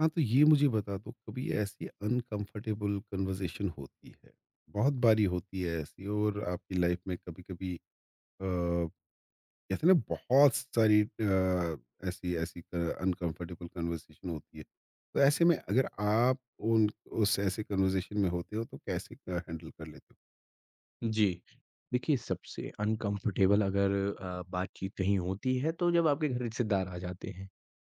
हाँ, तो ये मुझे बता दो कभी ऐसी अनकंफर्टेबल कन्वर्सेशन होती है, बहुत बारी होती है ऐसी, और आपकी लाइफ में कभी-कभी अ, कहते हैं ना बहुत सारी ऐसी ऐसी अनकंफर्टेबल कन्वर्सेशन होती है। तो ऐसे में अगर आप उन उस ऐसे कन्वर्सेशन में होते हो, तो कैसे हैंडल कर लेते हो? जी। देखिए, सबसे अनकम्फ़र्टेबल अगर बातचीत कहीं होती है, तो जब आपके घर रिश्तेदार आ जाते हैं।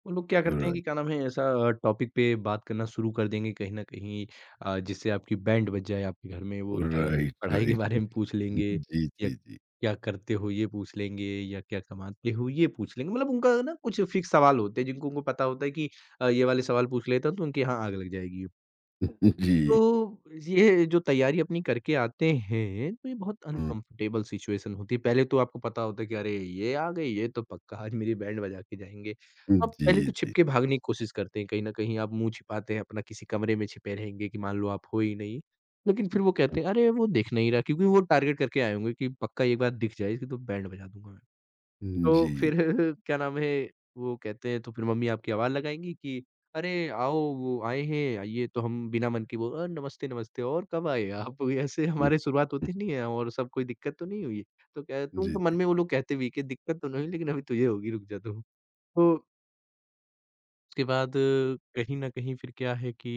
वो लोग क्या करते हैं कि राइट, क्या नाम है, ऐसा टॉपिक पे बात करना शुरू कर देंगे कहीं न कहीं, जिससे आपकी बैंड बज जाए आपके घर में। वो चाहे आप राइट, पढ़ाई के राइट, बारे में पूछ राइट। लेंगे जी, या जी, जी। क्या करते हो ये पूछ लेंगे या क्या कमाते हो ये पूछ लेंगे। मतलब उनका ना कुछ फ़िक्स सवाल होते हैं जिनको उनको पता होता है कि ये वाले सवाल पूछ लेता हूँ तो उनके यहाँ आग लग जाएगी। जी। तो ये जो तैयारी अपनी करके आते हैं, तो ये बहुत हुँ। अनकम्फ़र्टेबल सिचुएशन होती है। पहले तो आपको पता होता है कि अरे! ये आ गई, ये तो पक्का आज मेरी बैंड बजा के जाएँगे। आप जी, पहले तो छिप जी। के भागने की कोशिश करते हैं, कहीं न कहीं आप मुँह छिपाते हैं, अपना किसी कमरे में छिपे रहेंगे कि मान लो आप हो ही नहीं। लेकिन फिर वो कहते हैं, "अरे! वो देख नहीं रहा", क्योंकि वो टारगेट करके आए होंगे कि पक्का एक बार दिख जाए, इसकी तो बैंड बजा दूँगा मैं। हुँ। जी। तो फिर क्या नाम है, वो कहते हैं, तो फिर मम्मी आपकी आवाज़ लगाएँगी कि अरे आओ, वो आए हैं, ये तो हम बिना मन के बोल नमस्ते, नमस्ते और कब आए आप? ऐसे हुँ, हमारी शुरुआत हुँ। होती नहीं है और सब, कोई दिक्कत तो नहीं हुई? तो क्या, तुम जी, तो मन जी। में वो लोग कहते भी कि दिक्कत तो नहीं हुई, लेकिन अभी तुझे होगी, रुक जा तू। तो उसके बाद कहीं न कहीं फिर क्या है कि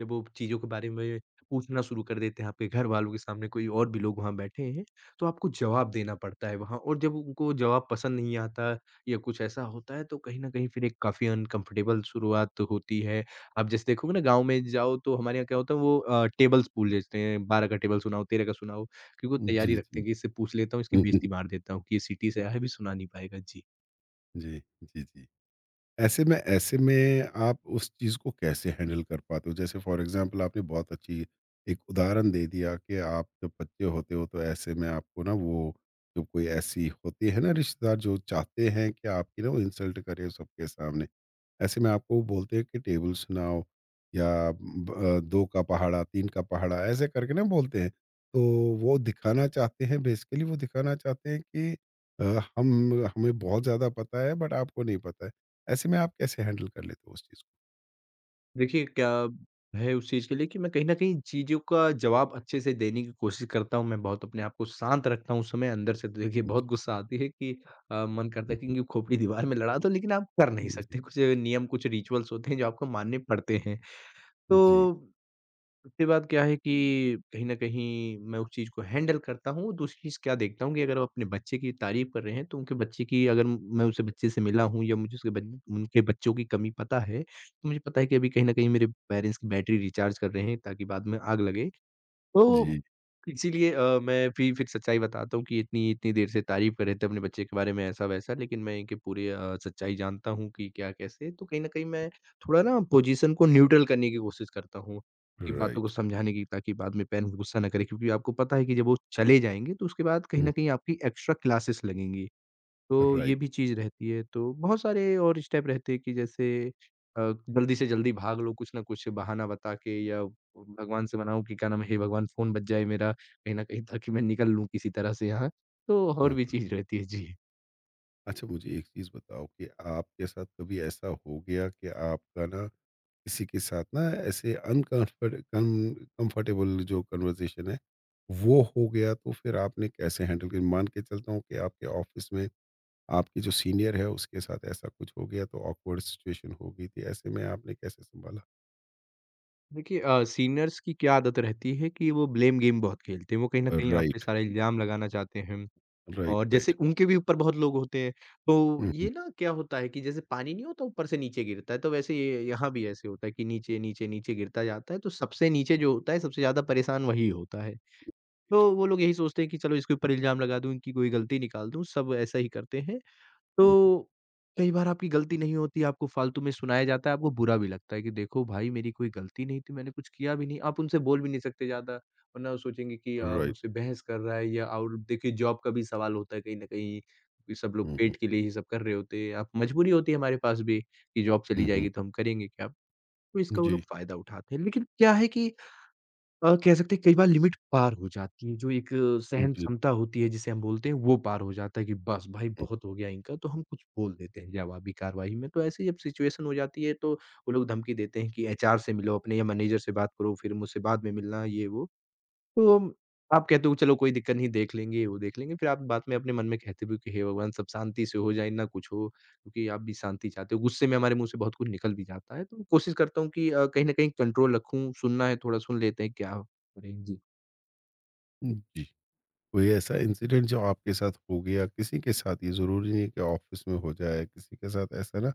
जब वो चीज़ों के बारे में पूछना शुरू कर देते हैं, आपके घरवालों के सामने कोई और भी लोग वहाँ बैठे हैं, तो आपको जवाब देना पड़ता है वहाँ, और जब उनको जवाब पसंद नहीं आता या कुछ ऐसा होता है, तो कहीं न कहीं फिर एक काफ़ी अनकम्फ़र्टेबल शुरुआत होती है। आप जैसे देखोगे ना, गाँव में जाओ तो हमारे यहाँ क्या होता है, वो टेबल्स पूछ लेते हैं। 12 का टेबल सुनाओ, 13 का सुनाओ, क्योंकि वो जी, तैयारी रखते हैं जी। कि इससे पूछ लेता हूँ, इसकी बेइज़्ज़ती मार देता हूँ कि ये सिटी से आया है, अभी सुना नहीं पाएगा। जी। जी, जी, जी। ऐसे में आप उस चीज़ को कैसे हैंडल कर पाते हो? जैसे फ़ॉर एग्ज़ाम्पल आपने बहुत अच्छी एक उदाहरण दे दिया कि आप जब बच्चे होते हो, तो ऐसे में आपको ना वो जो कोई ऐसी होती है ना रिश्तेदार जो चाहते हैं कि आपकी ना वो इंसल्ट करें सबके सामने। ऐसे में आपको बोलते हैं कि टेबल सुनाओ या ब 2 का पहाड़ा, 3 का पहाड़ा, ऐसे करके ना बोलते हैं। तो वो दिखाना चाहते हैं, बेसिकली वो दिखाना चाहते हैं कि अ, हम हमें बहुत ज़्यादा पता है, बट आपको नहीं पता है। ऐसे में आप कैसे हैंडल कर लेते हो उस चीज़ को? देखिए, क्या है उस चीज़ के लिए कि मैं कहीं न कहीं चीज़ों का जवाब अच्छे से देने की कोशिश करता हूँ, मैं बहुत अपने आप को शांत रखता हूँ उस समय। अंदर से तो देखिए जी, बहुत जी। गुस्सा आती है कि मन करता है हुँ, कि हुँ। इनकी खोपड़ी दीवार में लड़ा दो, लेकिन आप कर नहीं हुँ, जी। सकते। कुछ नियम, कुछ रिचुअल्स होते हैं जो आपको मानने पड़ते हैं। जी, तो सबसे बात क्या है कि कहीं न कहीं मैं उस चीज़ को हैंडल करता हूँ। दूसरी चीज़ क्या देखता हूँ कि अगर वो अपने बच्चे की तारीफ़ कर रहे हैं, तो उनके बच्चे की अगर मैं उनसे बच्चे से मिला हूँ या मुझे उसके बच उनके बच्चों की कमी पता है, तो मुझे पता है कि अभी कहीं न कहीं मेरे पेरेंट्स की बैटरी रिचार्ज कर रहे हैं, ताकि बाद में आग लगे। तो जी। इसीलिए मैं भी फिर सच्चाई बताता हूँ कि इतनी इतनी देर से तारीफ़ कर रहे थे अपने बच्चे के बारे में ऐसा-वैसा, लेकिन मैं इनके पूरे सच्चाई जानता हूँ कि क्या कैसे। तो कहीं न कहीं मैं थोड़ा ना पोजीशन को न्यूट्रल करने की कोशिश करता हूँ, कि बातों को राइट। समझाने की, ताकि बाद में पेरेंट्स गुस्सा ना करें, क्योंकि आपको पता है कि जब वो चले जाएँगे, तो उसके बाद कहीं हुँ, न कहीं आपकी एक्स्ट्रा क्लासेस लगेंगी। तो ये राइट। भी चीज़ रहती है। तो बहुत सारे और स्टेप रहते हैं कि जैसे, अ, जल्दी से जल्दी भाग लो, कुछ ना कुछ बहाना बता के, या भगवान से मनाओ कि क्या नाम है, हे भगवान फ़ोन बज जाए मेरा, कहीं न कहीं, ताकि मैं निकल लूँ किसी तरह से यहाँ। तो और भी हाँ। चीज़ रहती है। जी। अच्छा, मुझे एक चीज़ बताओ कि आपके साथ कभी ऐसा हो गया कि आपका ना किसी के साथ ना ऐसे अनकम्फर्ट कम कंफर्टेबल जो कन्वर्सेशन है, वो हो गया, तो फिर आपने कैसे हैंडल की? मान के चलता हूँ कि आपके ऑफ़िस में आपके जो सीनियर है उसके साथ ऐसा कुछ हो गया, तो ऑकवर्ड सिचुएशन हो गई थी, ऐसे में आपने कैसे सँभाला? देखिए, सीनियर्स की क्या आदत रहती है कि वो ब्लेम गेम बहुत खेलते हैं। वो कहीं न कहीं आप पे राइट, सारा इल्ज़ाम लगाना चाहते हैं। राइट, और जैसे राइट। उनके भी ऊपर बहुत लोग होते हैं, तो हुँ, ये हुँ, ना क्या होता है कि जैसे पानी नहीं होता ऊपर से नीचे गिरता है, तो वैसे ये यहाँ भी ऐसे होता है कि नीचे, नीचे, नीचे गिरता जाता है। तो सबसे नीचे जो होता है, सबसे ज़्यादा परेशान वही होता है। तो वो लोग यही सोचते हैं कि चलो इसके ऊपर इल्ज़ाम लगा दूँ, इनकी कोई गलती निकाल दूँ। सब ऐसा ही करते हैं। हुँ, तो कई बार आपकी गलती नहीं होती, आपको फालतू में सुनाया जाता है, आपको बुरा भी लगता है कि देखो भाई, मेरी कोई गलती नहीं थी, मैंने कुछ किया भी नहीं। आप उनसे बोल भी नहीं सकते ज़्यादा, वरना वो सोचेंगे कि हुँ, राइट। मुझसे बहस कर रहा है। या और देखिए, जॉब का भी सवाल होता है कहीं न कहीं, कि सब लोग हुँ, हुँ, पेट के लिए ही सब कर रहे होते हैं। आप, मजबूरी होती है हमारे पास भी कि जॉब चली हुँ, हुँ। जाएगी, तो हम करेंगे क्या? तो इसका वो जी, लोग फ़ायदा उठाते हैं। लेकिन क्या है कि, कह सकते हैं कई बार लिमिट पार हो जाती है। जो एक सहन जी, क्षमता होती है, जिसे हम बोलते हैं, वो पार हो जाता है कि बस भाई, बहुत हो गया इनका, तो हम कुछ बोल देते हैं जवाबी कार्रवाई में। तो ऐसे जब सिचुएशन हो जाती है, तो वो लोग धमकी देते हैं कि एचआर से मिलो अपने, या मैनेजर से बात करो, फिर मुझसे बाद में मिलना, ये वो। तो आप कहते हो, चलो कोई दिक्कत नहीं, देख लेंगे, ये वो देख लेंगे। फिर आप बाद में अपने मन में कहते भी हो कि हे भगवान, सब शांति से हो जाए, ना कुछ हो, क्योंकि आप भी शांति चाहते हो। गुस्से में हमारे मुँह से बहुत कुछ निकल भी जाता है। तो कोशिश करता हूँ कि कहीं न कहीं कंट्रोल रखूँ। सुनना है, थोड़ा सुन लेते हैं, क्या करें? जी। हुँ, जी। कोई ऐसा इंसिडेंट जो आपके साथ हो गया, किसी के साथ, ये ज़रूरी नहीं है कि ऑफ़िस में हो जाए, किसी के साथ ऐसा ना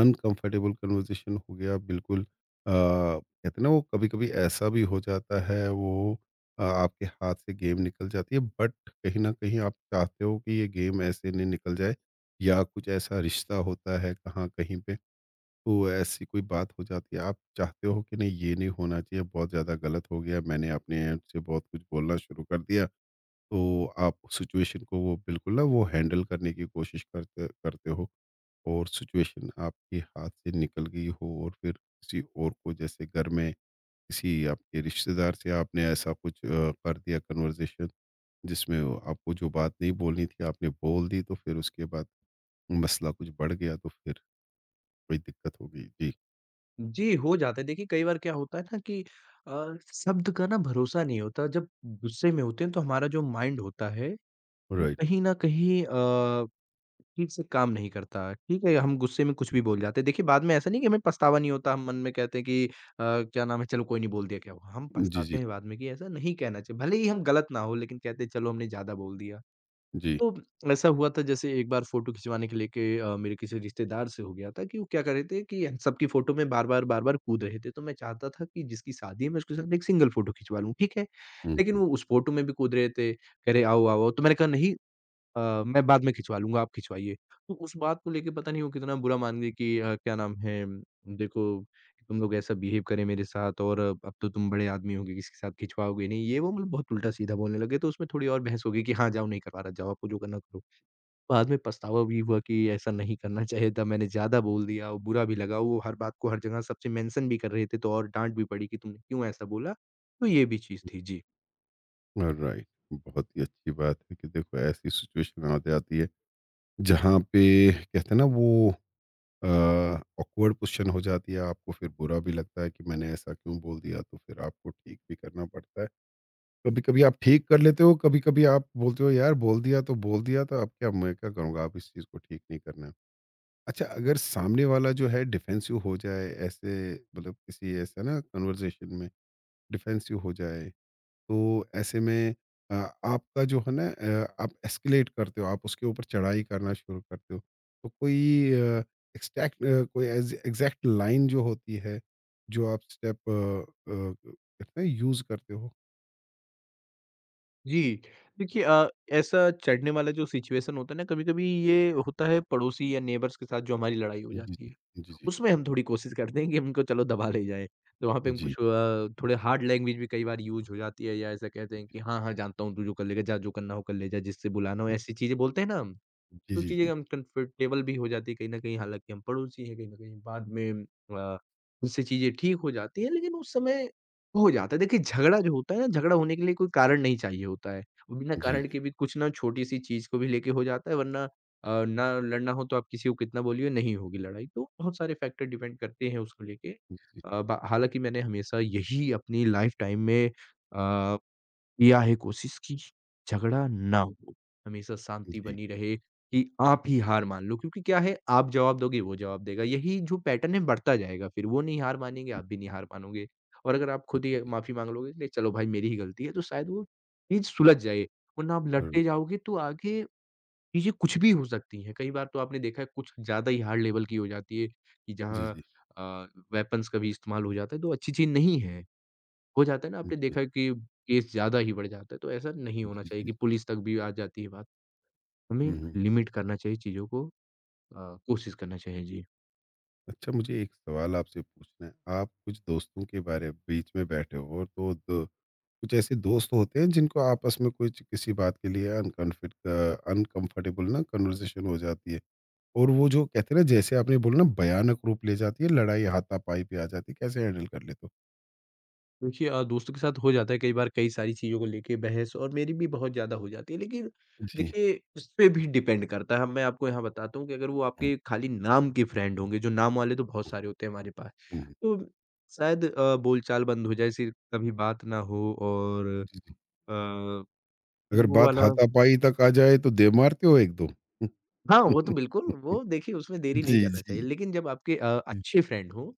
अनकंफर्टेबल कन्वर्सेशन हो गया बिल्कुल, कहते हैं ना वो, कभी-कभी ऐसा भी हो जाता है, वो आपके हाथ से गेम निकल जाती है, बट कहीं न कहीं आप चाहते हो कि ये गेम ऐसे नहीं निकल जाए, या कुछ ऐसा रिश्ता होता है कहाँ कहीं पे, तो ऐसी कोई बात हो जाती है। आप चाहते हो कि नहीं, ये नहीं होना चाहिए, बहुत ज़्यादा गलत हो गया, मैंने अपने एंड से बहुत कुछ बोलना शुरू कर दिया। तो आप सिचुएशन को वो बिल्कुल ना वो हैंडल करने की कोशिश करते करते हो। और सिचुएशन आपके हाथ से निकल गई हो, और फिर किसी और को, जैसे घर में किसी आपके रिश्तेदार से आपने ऐसा कुछ कर दिया कन्वर्जेशन, जिसमें वो आपको जो बात नहीं बोलनी थी आपने बोल दी, तो फिर उसके बाद मसला कुछ बढ़ गया, तो फिर कोई दिक्कत हो गई जी। जी, हो जाता है। देखिए, कई बार क्या होता है ना कि अ, शब्द का ना भरोसा नहीं होता। जब गुस्से में होते हैं, तो हमारा जो माइंड होता है, वो राइट। कहीं न कहीं ठीक से काम नहीं करता। ठीक है, हम गुस्से में कुछ भी बोल जाते हैं। देखिए, बाद में ऐसा नहीं कि हमें पछतावा नहीं होता। हम मन में कहते हैं कि क्या नाम है, चलो कोई नहीं, बोल दिया, क्या हुआ। हम जी, पछताते जी, हैं बाद में कि ऐसा नहीं कहना चाहिए। भले ही हम गलत ना हों, लेकिन कहते हैं, चलो, हमने ज़्यादा बोल दिया। जी। तो ऐसा हुआ था, जैसे एक बार फ़ोटो खिंचवाने के लेके मेरे किसी रिश्तेदार से हो गया था कि वो क्या कर रहे थे कि हम सबकी फ़ोटो में बार-बार, बार-बार कूद रहे थे। तो मैं चाहता था कि जिसकी शादी है, मैं उसके साथ एक सिंगल फ़ोटो खिंचवा लूँ, ठीक है? लेकिन हम्म। वो उस फ़ोटो में भी कूद रहे थे, कह रहे, "आओ, आओ, आओ।" तो मैंने कहा, "नहीं, मैं बाद में खिंचवा लूँगा, आप खिंचवाइए।" तो उस बात को लेके पता नहीं वो कितना बुरा मान गई कि क्या नाम है, देखो, तुम लोग ऐसा बिहेव करे मेरे साथ, और अब तो तुम बड़े आदमी हो गए, किसी के साथ खिंचवाओगे नहीं, ये वो, मतलब बहुत उल्टा-सीधा बोलने लगे। तो उसमें थोड़ी और बहस हो गई कि हाँ, जाओ, नहीं करवा रहा, जाओ, आपको जो करना करो। बाद में पछतावा भी हुआ कि ऐसा नहीं करना चाहिए था, मैंने ज़्यादा बोल दिया, और बुरा भी लगा, वो हर बात को हर जगह सबसे मेंशन भी कर रहे थे, तो और डाँट भी पड़ी कि तुमने क्यों ऐसा बोला? तो ये भी चीज़ थी। जी। राइट। बहुत ही अच्छी बात है कि देखो ऐसी सिचुएशन आ जाती है जहाँ पे कहते हैं ना वो ऑकवर्ड पोजीशन हो जाती है, आपको फिर बुरा भी लगता है कि मैंने ऐसा क्यों बोल दिया, तो फिर आपको ठीक भी करना पड़ता है। कभी-कभी आप ठीक कर लेते हो, कभी-कभी आप बोलते हो यार बोल दिया तो बोल दिया, तो अब क्या, मैं क्या करूँगा? आप इस चीज़ को ठीक नहीं करना। अच्छा, अगर सामने वाला जो है डिफेंसिव हो जाए ऐसे, मतलब किसी ऐसे ना कन्वर्सेशन में डिफेंसिव हो जाए, तो ऐसे में अ, आपका जो है ना आप एस्केलेट करते हो, आप उसके ऊपर चढ़ाई करना शुरू करते हो। तो कोई अ, एक्सटैक्ट अ, कोई एज़ एग्ज़ैक्ट लाइन जो होती है, जो आप कहते हैं यूज़ करते हो? जी, देखिए ऐसा चढ़ने वाला जो सिचुएशन होता है ना, कभी-कभी ये होता है पड़ोसी या नेबर्स के साथ जो हमारी लड़ाई हो जी, जाती है। जी। जी, जी। उसमें हम थोड़ी कोशिश करते हैं कि उनको चलो दबा ले जाएँ। तो वहाँ पे हम कुछ जी। थोड़े हार्ड लैंग्वेज भी कई बार यूज़ हो जाती है या ऐसा कहते हैं कि हाँ, हाँ जानता हूँ तू जो कर लेगा, जा जो करना हो कर ले जा, जिससे बुलाना हो, ऐसी चीज़ें बोलते हैं ना हम। जी, तो जी, चीज़ें जी। हम कंफर्टेबल भी हो जाती है कहीं न कहीं, हालाँकि हम पड़ोसी हैं, कहीं न कहीं बाद में अ, उससे चीज़ें ठीक हो जाती हैं, लेकिन उस समय हो जाता है। देखिए, झगड़ा जो होता है ना, झगड़ा होने के लिए कोई कारण नहीं चाहिए होता है। वो बिना जी, कारण जी। के भी कुछ ना छोटी-सी चीज़ को भी लेके हो जाता है, वरना ना लड़ना हो तो आप किसी को कितना बोलिए, नहीं होगी लड़ाई। तो बहुत सारे फैक्टर डिपेंड करते हैं उसको लेके। अ, बा हालाँकि मैंने हमेशा यही अपनी लाइफ़ टाइम में अ किया है कोशिश कि झगड़ा ना हो, हमेशा जी, शांति जी। बनी रहे कि आप ही हार मान लो क्योंकि क्या है आप जवाब दोगे वो जवाब देगा, यही जो पैटर्न है बढ़ता जाएगा फिर वो नहीं हार मानेंगे, जी। आप भी नहीं हार मानोगे और अगर आप खुद ही माफ़ी माँग लोगे नहीं चलो भाई मेरी ही गलती है तो शायद वो चीज़ सुलझ जाए, वरना आप और लड़ते जाओगे तो आगे चीज़ें कुछ भी हो सकती हैं, कई बार तो आपने देखा है कुछ ज़्यादा ही हार्ड लेवल की हो जाती है कि जी, जहाँ जी। अ, वेपन्स का भी इस्तेमाल हो जाता है तो अच्छी चीज़ नहीं है। हो जाता है ना आपने जी, देखा है कि केस ज़्यादा ही बढ़ जाता है, तो ऐसा नहीं होना जी, चाहिए जी। कि पुलिस तक भी आ जाती है बात। हमें हुँ, एक हुँ। लिमिट करना चाहिए चीज़ों को कोशिश करना चाहिए। जी। अच्छा, मुझे एक सवाल आपसे पूछना है। आप कुछ दोस्तों के बारे बीच में बैठे हो, और तो दो कुछ ऐसे दोस्त होते हैं जिनको आपस में कुछ किसी बात के लिए अनकंफर्टेबल ना कन्वर्सेशन हो जाती है, और वो जो कहते हैं ना, जैसे आपने बोला ना, भयानक रूप ले जाती है लड़ाई, हाथापाई पे आ जाती है, कैसे हैंडल कर लेते हो? देखिए दोस्तों के साथ हो जाता है कई बार कई सारी चीज़ों को लेके बहस और मेरी भी बहुत ज़्यादा हो जाती है। लेकिन जी। देखिए उस पे भी डिपेंड करता है। मैं आपको यहाँ बताता हूँ कि अगर वो हम्म, आपके खाली नाम के फ्रेंड होंगे, जो नाम वाले तो बहुत सारे होते हैं हमारे पास, हम्म। तो शायद बोलचाल बंद हो जाए, सिर्फ कभी बात ना हो और जी, जी। अ, फिर अगर वो बात वाला हाथापाई तक आ जाए तो दे मारते हो एक दो? हाँ, वो तो बिल्कुल, वो देखिए उसमें देरी नहीं जी, करना चाहिए। जी। लेकिन जब आपके जी। अच्छे फ्रेंड हों,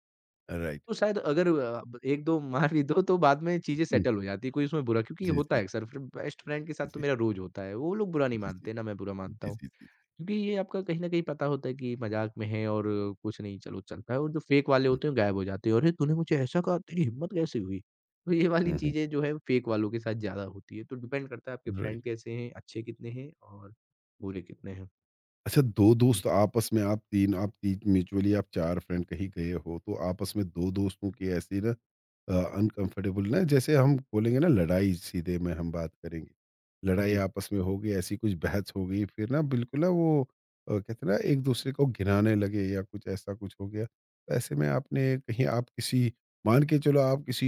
राइट। तो शायद अगर अ, ब 1-2 मार भी दो, तो बाद में चीज़ें जी, सेटल हो जाती हैं, कोई उसमें बुरा क्योंकि जी, होता है जी। अक्सर फिर बेस्ट फ्रेंड के साथ तो जी, मेरा रोज़ होता है। वो लोग बुरा नहीं जी, मानते, ना मैं बुरा मानता जी। हूँ। जी। क्योंकि ये आपका कहीं न कहीं पता होता है कि मज़ाक में है और कुछ नहीं, चलो चलता है और जो फ़ेक वाले होते हैं, गायब हो जाते हैं। "अरे! तूने मुझे ऐसा कहा, तेरी हिम्मत कैसे हुई?" तो ये वाली चीज़ें जो है फ़ेक वालों के साथ ज़्यादा होती है। तो डिपेंड करता है आपके जी। राइट। फ्रेंड कैसे हैं, अच्छे कितने हैं और बुरे कितने हैं। अच्छा, 2 जी। दोस्त आपस में, आप 3 म्यूचुअली, आप 4 फ्रेंड कहीं गए हो, तो आपस में 2 दोस्तों की ऐसी ना अनकम्फर्टेबल, ना जैसे हम बोलेंगे ना लड़ाई, सीधे में हम बात करेंगे। लड़ाई जी। आपस में हो गई, ऐसी कुछ बहस हो गई, फिर ना बिल्कुल ना वो कहते हैं ना, एक-दूसरे को गिनाने लगे या कुछ ऐसा कुछ हो गया। तो ऐसे में आपने कहीं, आप किसी, मान के चलो आप किसी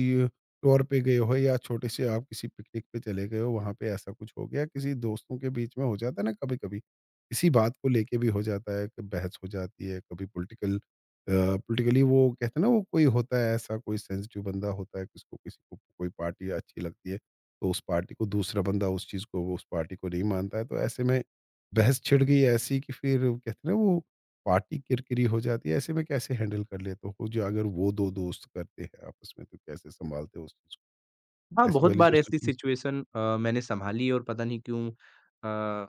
टूर पे गए हो या छोटे से आप किसी पिकनिक पे चले गए हो, वहाँ पे ऐसा कुछ हो गया, किसी दोस्तों के बीच में हो जाता है ना कभी-कभी। इसी बात को लेके भी हो जाता है कि बहस हो जाती है, कभी पॉलिटिकली, वो कहते हैं ना वो, कोई होता है ऐसा कोई सेंसिटिव बंदा होता है, किसको, किसी को कोई पार्टी अच्छी लगती है, तो उस पार्टी को दूसरा बंदा, उस चीज़ को, वो उस पार्टी को नहीं मानता है, तो ऐसे में बहस छिड़ गई ऐसी कि फिर वो कहते हैं ना वो पार्टी किरकिरी हो जाती है, ऐसे में कैसे हैंडल कर लेते हो जो अगर वो दो दोस्त करते हैं आपस में, तो कैसे संभालते हो उस चीज़ को, हाँ, ऐसी बहुत वाली बार जो ऐसी सिचुएशन? सिचुएशन मैंने सँभाली और पता नहीं क्यों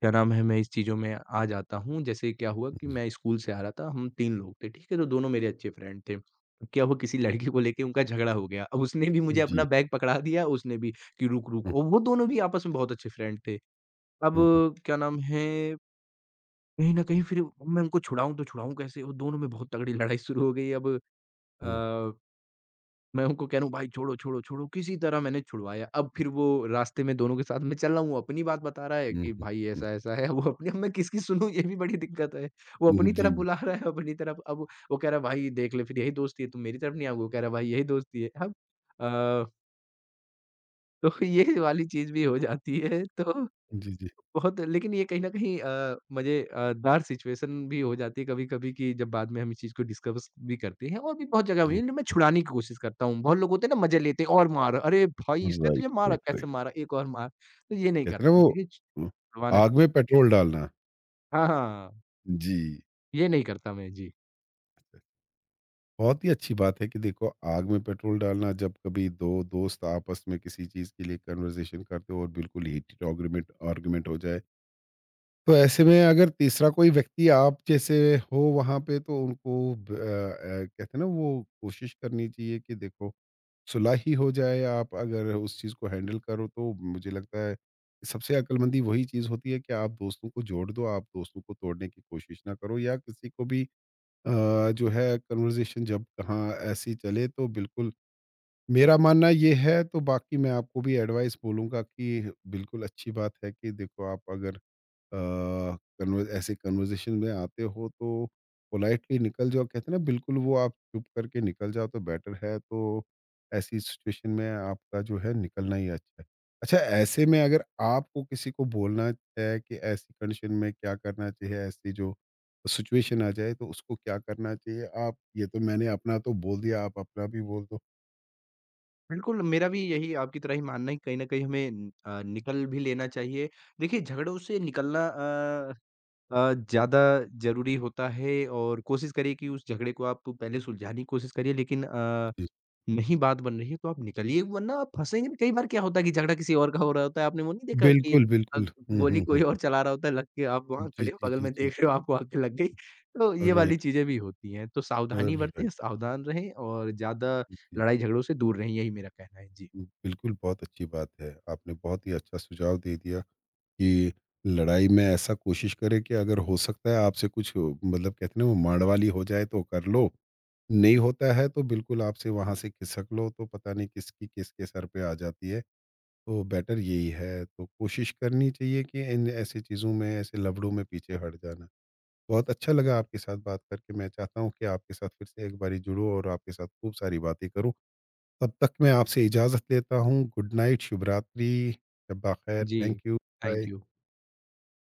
क्या नाम है, मैं इस चीज़ों में आ जाता हूँ। जैसे क्या हुआ कि जी, मैं स्कूल से आ रहा था, हम 3 लोग थे, ठीक है? तो दोनों मेरे अच्छे फ्रेंड थे। तो क्या हुआ किसी लड़की को लेके उनका झगड़ा हो गया। अब उसने भी मुझे अपना जी। बैग पकड़ा दिया, उसने भी कि रुक, रुक हम्म, और वो दोनों भी आपस में बहुत अच्छे फ्रेंड थे। हम्म, अब क्या नाम है, कहीं न कहीं फिर मैं उनको छुड़ाऊँ तो छुड़ाऊँ कैसे? वो दोनों में बहुत तगड़ी लड़ाई शुरू हो गई अब हम्म, अ मैं उनको कह रहा हूँ भाई छोड़ो, छोड़ो, छोड़ो, किसी तरह मैंने छुड़वाया। अब फिर वो रास्ते में दोनों के साथ मैं चल रहा हूँ, वो अपनी बात बता रहा है हम्म, कि हम्म, भाई हम्म। ऐसा-ऐसा है। वो अपनी अब मैं किसकी सुनूँ ये भी बड़ी दिक्कत है। वो जी, अपनी जी, तरफ बुला रहा है, अपनी तरफ अब वो कह रहा है भाई देख ले फिर यही दोस्ती है, तुम मेरी तरफ नहीं आओगे? वो कह रहा है भाई यही दोस्ती है। अब अ, तो ये वाली चीज़ भी हो जाती है तो जी, बहुत लेकिन ये कहीं न कहीं दार सिचुएशन भी हो जाती है कभी-कभी कि जब बाद में हम इस चीज़ को डिस्कस भी करते हैं और भी बहुत जगह हुई है जी। जिनमें मैं छुड़ाने की कोशिश करता हूँ। बहुत लोग होते हैं ना मज़े लेते हैं और मार, "अरे भाई! इसने तुझे राइट, मारा, राइट, कैसे राइट। मारा? एक और मार।" तो ये नहीं कहते हैं ना करता वो, देखिए उम, छुड़वाना आग चाहिए। में पेट्रोल डालना। हाँ, हाँ। जी, ये नहीं करता मैं। जी। बहुत ही अच्छी बात है कि देखो, आग में पेट्रोल डालना, जब कभी 2 दोस्त आपस में किसी चीज़ के लिए कन्वर्सेशन करते हो, और बिल्कुल हीटेड आर्गुमेंट आर्गुमेंट हो जाए। तो ऐसे में अगर तीसरा कोई व्यक्ति आप जैसे हो वहाँ पे, तो उनको कहते हैं ना वो कोशिश करनी चाहिए कि देखो सुलह ही हो जाए, आप अगर उस चीज़ को हैंडल करो, तो मुझे लगता है सबसे अक्लमंदी वही चीज़ होती है कि आप दोस्तों को जोड़ दो, आप दोस्तों को तोड़ने की कोशिश ना करो, या किसी को भी जो है कन्वर्सेशन जब कहाँ ऐसी चले तो बिल्कुल, मेरा मानना ये है, तो बाकी मैं आपको भी एडवाइस बोलूँगा कि बिल्कुल अच्छी बात है कि देखो, आप अगर अ, कन्व ऐसे कन्वर्सेशन में आते हो, तो पोलाइटली निकल जाओ, कहते हैं ना बिल्कुल वो, आप चुप करके निकल जाओ तो बेटर है, तो ऐसी सिचुएशन में आपका जो है निकलना ही अच्छा है। अच्छा, ऐसे में अगर आपको किसी को बोलना है कि ऐसी कंडीशन में क्या करना चाहिए, ऐसी जो सिचुएशन आ जाए तो उसको क्या करना चाहिए, आप ये, तो मैंने अपना तो बोल दिया, आप अपना भी बोल दो। बिल्कुल, मेरा भी यही आपकी तरह ही मानना है कि कहीं न कहीं हमें निकल भी लेना चाहिए। देखिए झगड़ों से निकलना ज़्यादा ज़रूरी होता है और कोशिश करिए कि उस झगड़े को आप पहले सुलझाने की कोशिश करिए लेकिन जी। नहीं बात बन रही है तो आप निकलिए वरना आप फँसेंगे कई बार क्या होता है कि झगड़ा किसी और का हो रहा होता है आपने वो नहीं देखा कि बिल्कुल, अ, बिल्कुल। हम्म, हम्म, गोली हम्म, कोई और चला रहा होता है लग के आप वहाँ जी, खड़े हो जी, बगल जी, में जी, देख रहे हो जी। आपको आग लग गई तो ये वाली राइट, चीज़ें भी होती हैं तो सावधानी राइट, बरतें राइट। सावधान रहें और ज़्यादा जी। लड़ाई झगड़ों से दूर रहें यही मेरा कहना है जी। बिल्कुल, बहुत अच्छी बात है। आपने बहुत ही अच्छा सुझाव दे दिया कि लड़ाई में ऐसा कोशिश करें कि अगर हो सकता है आपसे कुछ मतलब कहते हैं ना वो माड़वाली हो जाए तो कर लो, नहीं होता है तो बिल्कुल आपसे वहाँ से खिसक लो, तो पता नहीं किसकी किसके सर पे आ जाती है। तो बेटर यही है, तो कोशिश करनी चाहिए कि इन ऐसी चीज़ों में, ऐसे लफड़ों में पीछे हट जाना। बहुत अच्छा लगा आपके साथ बात करके, मैं चाहता हूँ कि आपके साथ फिर से एक बारी जुड़ूँ और आपके साथ खूब सारी बातें करूँ। तब तक मैं आपसे इजाज़त लेता हूँ। गुड नाइट, शुभ रात्रि, शब बख़ैर, जी, thank you, thank bye. You.